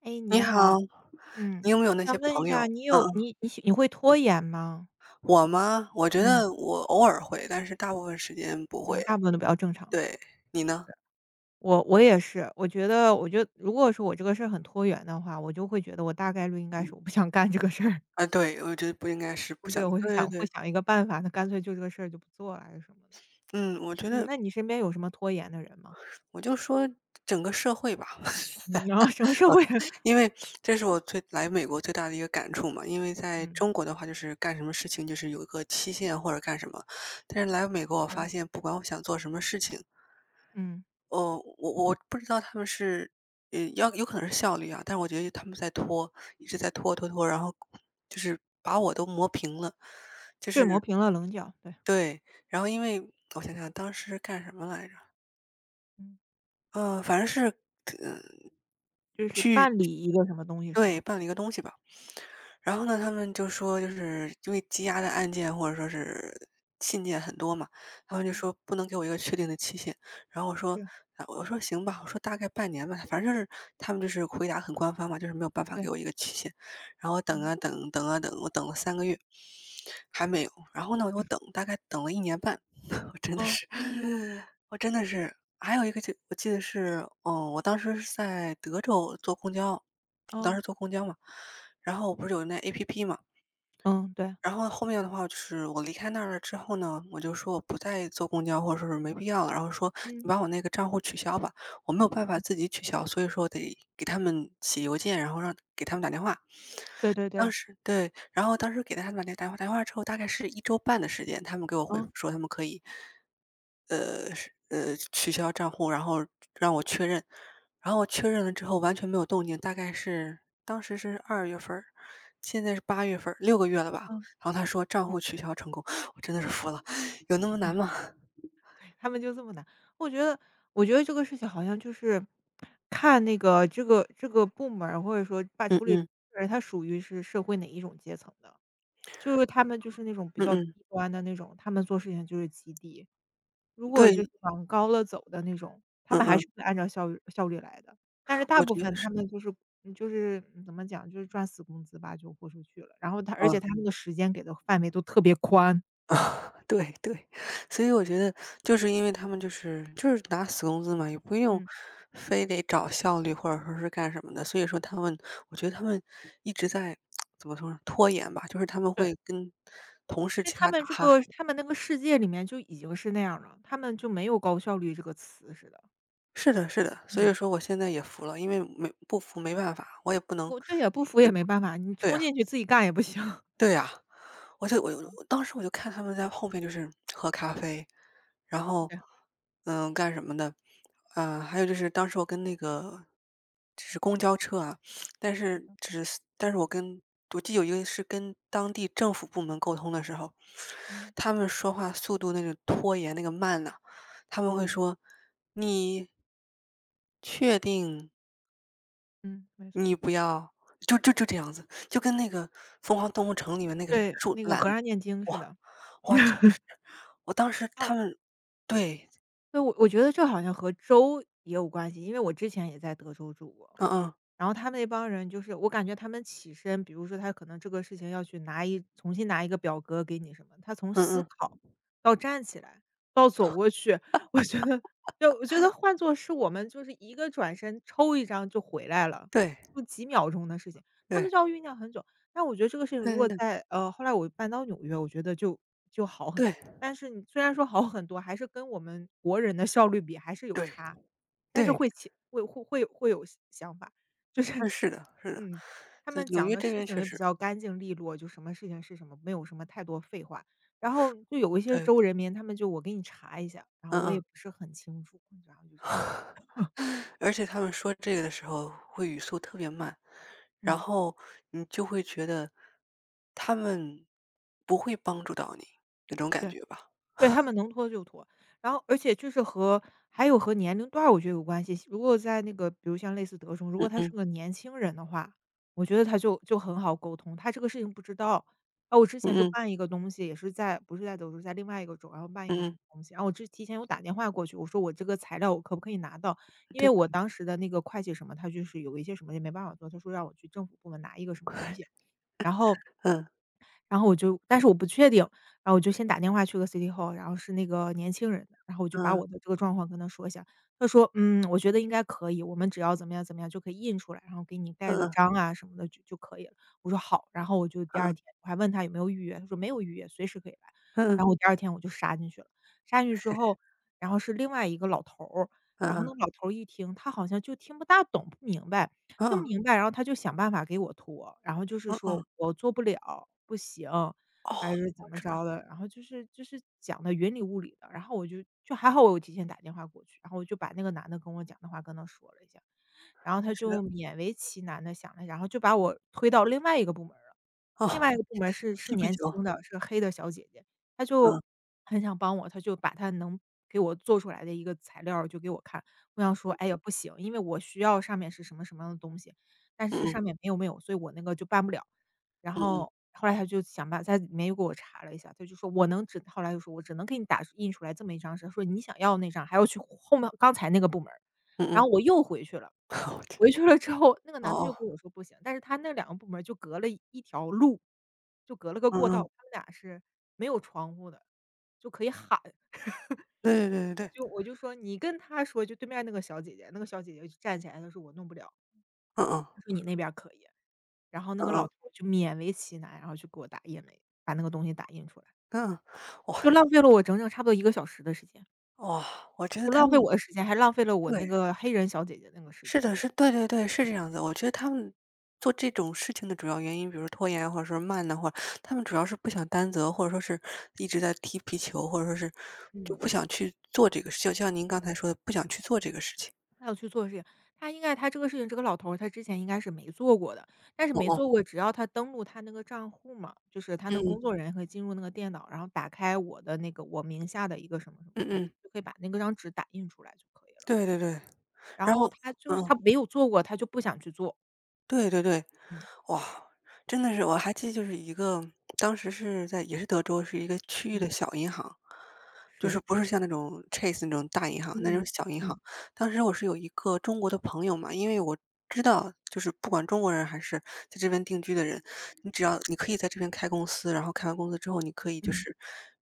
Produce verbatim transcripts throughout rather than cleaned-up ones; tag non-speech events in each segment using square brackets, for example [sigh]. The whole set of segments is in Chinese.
哎，你你好。好，嗯，你有没有我那想些问一朋下，友？你嗯有嗯。你你喜你会拖延吗？我吗？我觉嗯得我偶尔会，但是大部分时间不嗯，会。大部分都比较正常。对，你呢？我我也是，我觉得，我觉得如果说我这个事儿很拖延的话，我就会觉得我大概率应该是我不想干这个事儿。啊，对，我觉得不应该，是不 [laughs] 对，想。我就对对想会对，想一个办法，那干脆就这个事儿就不做了还是什么的。嗯，我觉嗯，得，那你身边有什么拖延的人吗？我就说整个社会吧，[laughs] [laughs] 嗯，然后什么社会？[laughs] 因为这是我最来美国最大的一个感触嘛。因为在嗯，中国的话，就是干什么事情就是有一个期限或者干什么，但是来美国我是，发现，不管我想做什么事情，嗯，哦，我我不知道他们是，呃，要有可能是效率啊，但是我觉得他们在是拖，一直在拖拖拖，然后就是把我都磨平了，就对，是磨平了棱角，对。对，然后因为我想想当时干什么来着，嗯，呃，反正是，嗯，就是办理一个什么东西是吗？对，办了一个东西吧，然后呢，他们就说就是因为积压的案件或者说是信件很多嘛，他们就哦，说不能给我一个确定的期限。然后我说，是，啊，我说行吧，我说大概半年吧，反正就是他们就是回答很官方嘛，就是没有办法给对，我一个期限。然后我等嗯，啊等，等啊等，我等了三个月，还没有。然后呢，我等大概等了一年半，[laughs] 我真的哦是，我真的是，还有一个就我记得是，嗯，我当时是在德州坐公交，我当时哦。坐公交嘛，然后我不是有那 APP 嘛。嗯，对。然后后面的话就是我离开那儿了之后呢，我就说我不再坐公交或者说是没必要了，然后说你嗯，把我那个账户取消吧，我没有办法自己取消，所以说得给他们写邮件，然后让给他们打电话，对对当对。时对，然后当时给他们打电话打电话之后，大概是一周半的时间，他们给我回复嗯说他们可以，呃，是呃，取消账户，然后让我确认。然后我确认了之后完全没有动静，大概是当时是二月份儿，现在是八月份儿，六个月了吧。嗯然后他说账嗯，户取消成功，我真的是服了，有那么难啊，吗？[laughs] 他们就这么难。我觉得我觉得这个事情好像就是看那个这个这个部门儿，或者说把嗯处理这嗯，个人，他属于是社会哪一种阶层的。就是他们就是那种比嗯较低嗯，端的那种，他们做事情就是极低。如果就是对，往高了走的那种，他嗯们还嗯，是会按照效率效率来的。但是大我部觉分得他是，们就是嗯就是嗯怎么讲，就是赚死工资吧，就豁出去了。然后他而呃且他那个时间给的范围都特别宽。啊，[laughs] 对对，所以我觉得就是因为他们就是就是拿死工资嘛，也不用嗯，非得找效率或者说是干什么的，所以说他们，我觉得他们一直在 [tsk] 怎么说呢，拖延吧，就是他们对。会跟同事因为其他他们打这哈哈。个他们那个世界里面就已经是那样了，他们就没有高效率这个词似的。是的是的，所以嗯，说我现在也服了，因为没不服没办法，我也不能我对也不服也对没办法，你对冲呀进去自己干也不行。[laughs] 对呀。我就我就当时我就看他们在后面就是喝咖啡，然后，对，嗯，干什么的，嗯，还有就是当时我跟那个就是公交车啊，但是是的。只是但是我跟我记得有一个是跟当地政府部门沟通的时候，嗯他们说话速度那个拖延那个慢呐、他们会嗯说你确定嗯，没错。你不要就就就这样子，就跟那个《疯狂动物城》里面那个对，树那个懒，和尚念经似哇，的。哇，真的是，我当时哦，他们对，对。我我觉得这好像和州也有关系，因为我之前也在德州住过。嗯嗯，然后他们那帮人，就是我感觉他们起身，比如说他可能这个事情要去拿一重新拿一个表格给你什么，他从嗯思嗯，考到站起来，到走过去。[laughs] 我觉得就我觉得换作是我们就是一个转身抽一张就回来了，对，就几秒钟的事情，他们对，就要酝酿很久。但我觉得这个事情对如对果对，在呃，后来我搬到纽约，我觉得就就好很对，多。但是你虽然说好很多，还是跟我们国人的效率比还是有对，差，但是对对会起会会会有会有想法。就是嗯，是的，是的，嗯，他就们纽讲约的这事边情确也比实，较干净利落，就什么事情是什么，没有什么太多废话。然后就有一些对，州人民，他们就"我给你查一下，然后嗯我也嗯，不是很清楚"，然后就这样，[laughs] 而且他们说这个的时候会语速特别慢，然嗯。后你就会觉得他们不会帮助到你那种感对。觉吧，对，他们能拖就拖。然后而且就是和还有和年龄段儿我觉得有关系。如果在那个比如像类似德中，如果嗯他是嗯，个年轻人的话，我觉得他就就很好沟通，他这个事情不知道。啊，我之前就嗯嗯，办一个东西，也是在不是在德州，在另外一个州，然后办一个什嗯嗯，么东西，然后我之提前有打电话过去，我说我这个材料我可不可以拿到？因为对，我当时的那个会计什么，他就是有一些什么也没办法做，他说让我去政府部门拿一个什么东西。然后嗯然后我就但是我不确定，然后我就先打电话去个 City Hall,然后是那个年轻人的，然后我就把嗯我的这个状况跟他说一下。他说："嗯，我觉得应该可以，我们只要怎么样怎么样就可以印出来，然后给你盖个嗯章啊什么的就就可以了。"我说："好。"然后我就第嗯二嗯天我还问他有没有预约，他说："没有预约，随时可以来。"嗯嗯然嗯后我第二天我就杀进去了。杀进去之后，然后是另外一个老头儿，然后那嗯个老头儿一听，他好像就听不大懂、不明白，嗯听不嗯，明白，然后他就想办法给我拖，然后就是说嗯。我做不了，不行，哦，还是怎我么知道。着的，然后就是就是讲的云里雾里的，然后我就就还好我有提前打电话过去，然后我就把那个男的跟我讲的话跟他说了一下。然后他是的，就勉为其难的想了想，然后就把我推到另外一个部门儿了。另哦，外一个部门是是踢皮年轻球，的，是个黑的小姐姐，她就嗯，很想帮我，她就把她能给我做出来的一个材料儿就给我看。我想说："哎呀，不行，因为我需要上面是什么什么样的东西，但嗯是嗯，上面没有没有，所以我那个就办不了。"然嗯嗯，后后来他就想办在里面又给我查了一下，他就说："我能只"，后来就说："我只能给你打印出来这么一张纸。"说："你想要那张，还要去后面刚才那个部门儿。"嗯然后嗯，我又回去了。[laughs] 我天，回去了之后，那个哦男的就哦，跟我说不行，但是他那两个部门就隔了一一条路，就隔了个过嗯道，嗯，他们俩是没有窗户的，就可以喊。对对对对我对，就我就说："你跟他说，就对面那个小姐姐。"那个小姐姐就站起来，她说："我弄不了。"嗯嗯，她说："你那边儿可以。"然后那嗯个老嗯，头就勉为其难，然后就给我打印了，把那个东西打印出来，嗯，哇。就浪费了我整整差不多一个小时的时间。哇，我觉得除他浪们费我的时间，还浪费了我那对，个黑人小姐姐那个时是间。的，是，对对对，是这样子，我觉得他们做这种事情的主要原因，比如说拖延啊或者说慢的话，他们主要是不想担责，或者说是一直在踢皮球，或者说是就嗯。不想去做这个事情，就像您刚才说的，不想去做这个事情。他要去做的事情，他应该他这个事情，这个老头儿他之前应该是没做过的。但是哦没哦，做过，只要他登录他那个账户嘛，就是他那嗯个嗯工作人员可以进入那个电脑，然后打开我的那个我名下的一个什么什么嗯东西，嗯，就可以把那个张纸打印出来就可以了。对对对，然然后后他就是嗯，他没有做过，他就不想去做。对对对，嗯哇，真的是，我还记得就是一个当时是在也是德州，是一个区域嗯，的小银行，就是是，不是像那种 Chase 那种大银行，那种嗯小银行。嗯当时我是有一个中国的朋友嘛，因为我知道，就是不管中国人还是在这边定居的人，你只要你可以在这边开公司，然后开完公司之后，你可以就嗯是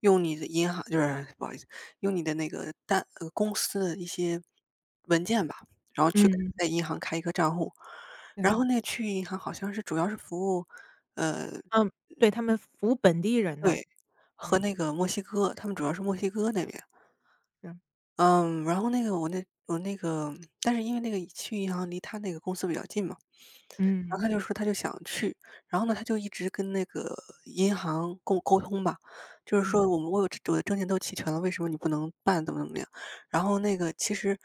用你的银行，就是不好意思，用你的那个单呃公司的一些文件吧，然后去嗯，在银行开一个账户。对，然后那个区域银行好像是主要是服务，呃，嗯，对他们服务本地人的，对，和嗯，那个墨西哥，他们主要是墨西哥那边。是，嗯，然后那个我那我那个但是因为那个去银行离他那个公司比较近嘛，然后嗯他就说他就想去，然后呢，他就一直跟那个银行沟沟通吧，就是嗯，说我们我有这我的证件都齐全了，为什么你不能办，怎么怎么样？然后那个其实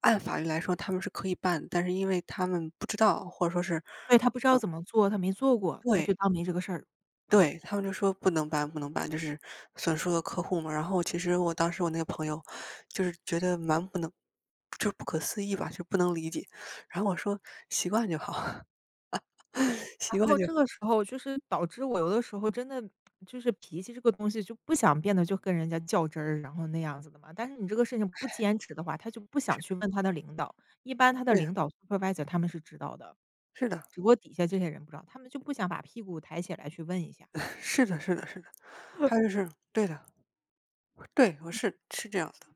按法律来说他们是可以办，但是因为他们不知道，或者说是对他不知道怎么做，他没做过，他就对，当没这个事儿。对，他们就说不能搬，不能搬，就是损失了客户嘛。然后其实我当时我那个朋友，就是觉得蛮不能，就是不可思议吧，就不能理解。然后我说习惯就好，[laughs] 习然惯后就这好。个时候就是导致我有的时候真的就是脾气这个东西就不想变得就跟人家较真儿，然后那样子的嘛。但是你这个事情不坚持的话，他就不想去问他的领导，一般他的对的，领导 supervisor 他们是知道的，是的，只不过底下这些人不知道，他们就不想把屁股抬起来去问一下。[laughs] 是的，是的，是的。还有就是对的，对，我是是这样的，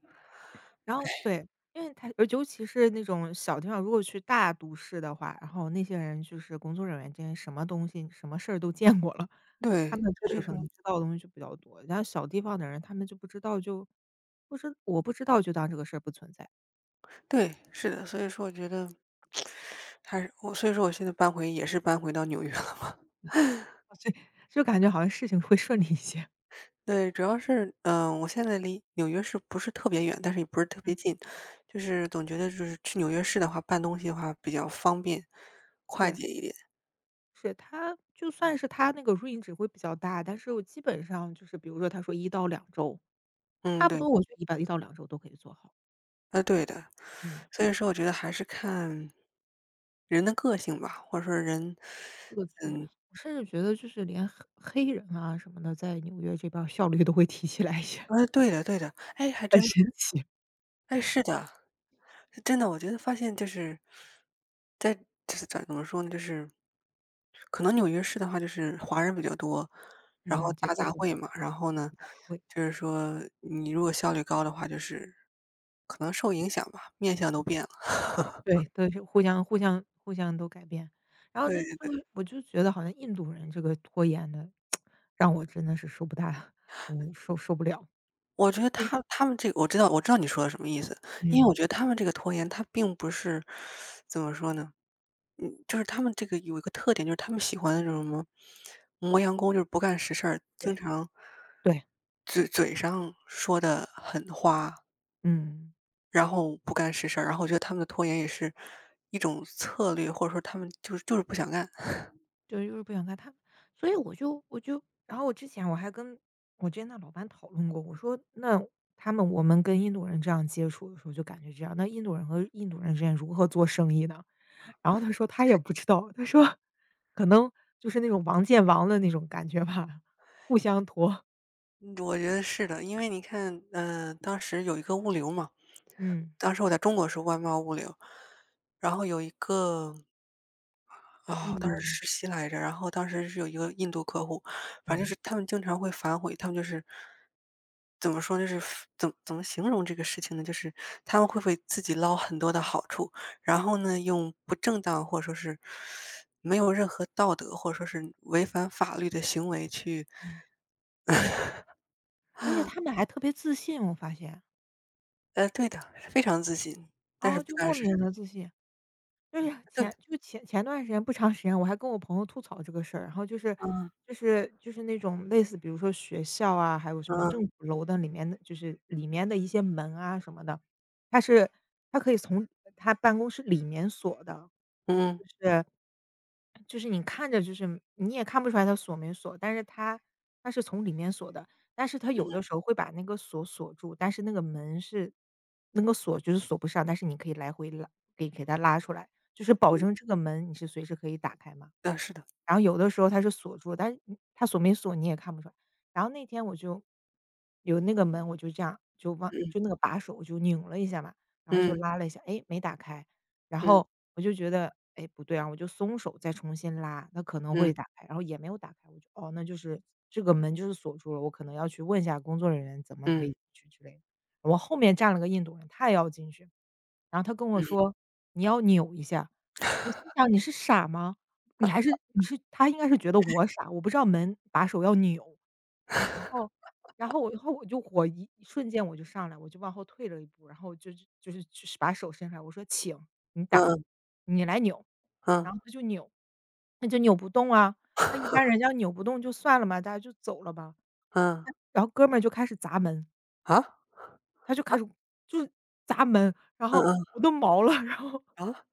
然后对，因为他，尤其是那种小地方，如果去大都市的话，然后那些人就是工作人员之间，什么东西、什么事儿都见过了，对，他们就所是以可说能知道的东西就比较多。然后小地方的人，他们就不知道，就不知我不知道就当这个事儿不存在。对，是的，所以说我觉得还是我，所以说我现在搬回也是搬回到纽约了嘛。[laughs] 所以就感觉好像事情会顺利一些。[laughs] 对，主要是，嗯、我现在离纽约市不是特别远，但是也不是特嗯，别近，就是总觉得就是去纽约市的话，办东西的话比较方便、快对。捷一点。是他就算是他那个 range 会比较大，但是我基本上就是比如说他说一到两周，差嗯，不对，多我觉得一般一到两周都可以做好，呃，对的。嗯。所以说，我觉得还是看人的个性吧，或者说人，这个区，我甚至觉得就是连黑黑人啊什么的，在纽约这边儿效率都会提起来一些。呃，[laughs] 对的，对的，哎，还很真的，神奇。哎，是的，真的，我觉得发现就是在就是咋怎么说呢，就是可能纽约市的话，就是华人比较多，然后嗯，节大奏杂中烩嘛，然后呢，会就是说你如果效率高的话，就是可能受影响吧，面相都变了。对对，是互相互相互相都改变。然后这这对，个我就觉得好像印度人这个拖延的，让我真的是受不大我受受不了。我觉得对，他他们这个我知道，我知道你说的什么意思。因为我嗯，觉得他们这个拖延，他并不是怎么说呢？嗯，就是他们这个有一个特点，就是他们喜欢那种什么磨洋工，就是不干实事儿，经对，常对，嘴嘴上说的很花，嗯。然后不干实事儿，然后我觉得他们的拖延也是一种策略，或者说他们就是就是不想干。就就是不想带他们，所以我就我就然后我之前我还跟我之前的老板讨论过，我说那他们我们跟印度人这样接触的时候就感觉这样，那印度人和印度人之间如何做生意呢？然后他说他也不知道，他说可能就是那种王见王的那种感觉吧，互相拖，[laughs] 我觉得是的，因为你看，嗯，当时有一个物流嘛，嗯，当时我在中国是外贸物流，然后有一个啊，我印当度时的，实习来着，然后当时是有一个印度客户，反正就嗯，是他们经常会反悔，他们就是怎么说，就是怎么怎么形容这个事情呢？就是他们会不会自己捞很多的好处，然后呢，用不正当或者说是没有任何道德或者说是违反法律的行为去，而且他们还特别自信，我发现，呃，对的，非常自信，但是哦，不就莫干实事。名的自信。就是对，前就前前段时间不长时间，我还跟我朋友吐槽这个事儿，然后就是嗯就是就是那种类似比如说学校啊，还有什么政嗯府楼的里面的就是里面的一些门啊什么的，它是它可以从他办公室里面锁的，嗯就是就是你看着就是你也看不出来它锁没锁，但是它它是从里面锁的，但是它嗯，有的时候会把那个锁锁住，但是那个门是那个锁就是锁不上，但是你可以来回拉，给给它拉出来，就是保证这个门你是随时可以打开嘛。嗯是的，然后有的时候它是锁住，但是你它锁没锁你也看不出来。然后那天我就有那个门，我就这样就往就嗯那个把手我就拧了一下嘛，然后就嗯。拉了一下，哎，没打开。然嗯后我就觉得，哎，不对啊，我就松手再重新拉，那可能会嗯打开，然后也没有打开，我就哦，那就是这个门就是锁住了，我可能要去问一下工作人员怎么可以嗯进去之类的。我后面站了个印度人，他也要进去，然后他跟我嗯，嗯说："你要扭一下。"我心想："你是傻吗？你还是你是"他应该是觉得我傻，我不知道门把手要扭。然后我然后我就火一一瞬间我就上来，我就往后退了一步，然后就是就是就是把手伸出来，我说："请你嗯打，嗯，你来扭。"啊？然后他就扭，那就扭不动啊。那一般人家扭不动就算了嘛，大家就走了吧。嗯然后哥们儿就开始砸门，他就开始就是砸门，然后嗯，我都毛了，[laughs] 然后啊？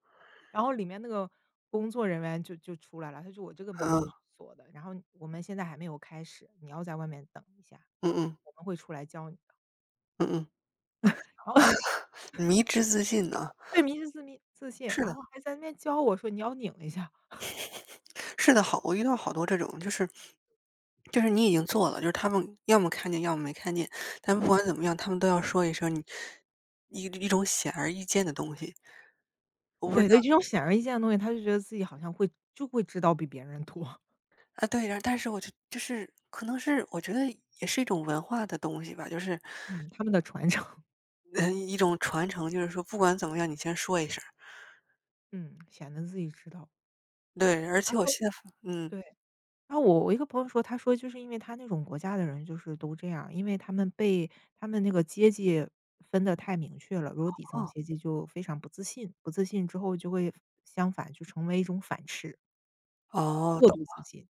然后里面那个工作人员就就出来了，他说："我这个门就是锁的，然后我们现在还没有开始，你要在外面等一嗯嗯，下，嗯嗯，我们会出来教你的。[laughs]” 嗯嗯，然后迷之自信呢？对，迷失自密自信，是然的，后还在那边教我说："你要拧一下。"是的，好，我遇到好多这种，就是就是你已经做了，就是他们要么看见，要么没看见，但不管怎么样，他们都要说一声你一一种显而易见的东西，我不知对，道。对这种显而易见的东西，他就觉得自己好像会就会知道比别人多。[laughs] 啊，对，然后但是我就就是可能是我觉得也是一种文化的东西吧，就是 嗯，他们的传承，[laughs]，嗯，一种传承，就是说不管怎么样，你先说一声。嗯，显得自己知道。对，而然且我后现在发嗯，对，然后我我一个朋友说，他说就是因为他那种国家的人就是都这样，因为他们被他们那个阶级分得太明确了，如果底层哦，阶级就非常不自信，不自信之后就会相反就成为一种反斥，哦，过懂，度自信，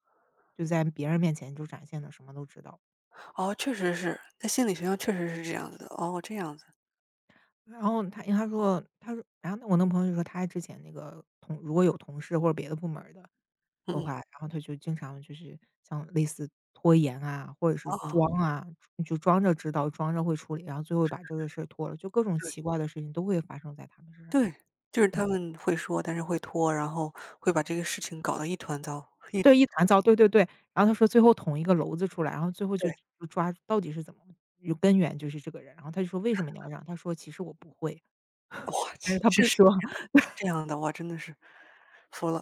就在别人面前就展现的什么都知道。哦，确实是，在心理学上确实是这样子的，哦，这样子，然后他因为他说他说然后我那朋友就说他之前那个同如果有同事或者别的部门儿的的嗯，话，然后他就经常就是像类似拖延啊，或者是哦，装啊，就装着知道，装着会处理，然后最后把这个事儿拖了，就各种对，奇怪的事情都会发生在他们身上。对，就是他们会说，但是会拖，然后会把这个事情搞得一团糟，一对，一团糟，对对对。然后他说最后捅一个篓子出来，然后最后就对，就抓到底是怎么有根源就是这个人，然后他就说为什么你要让？他说其实我不会，哇，但是他不是是这说。样的，是这样的，哇，真的是服了。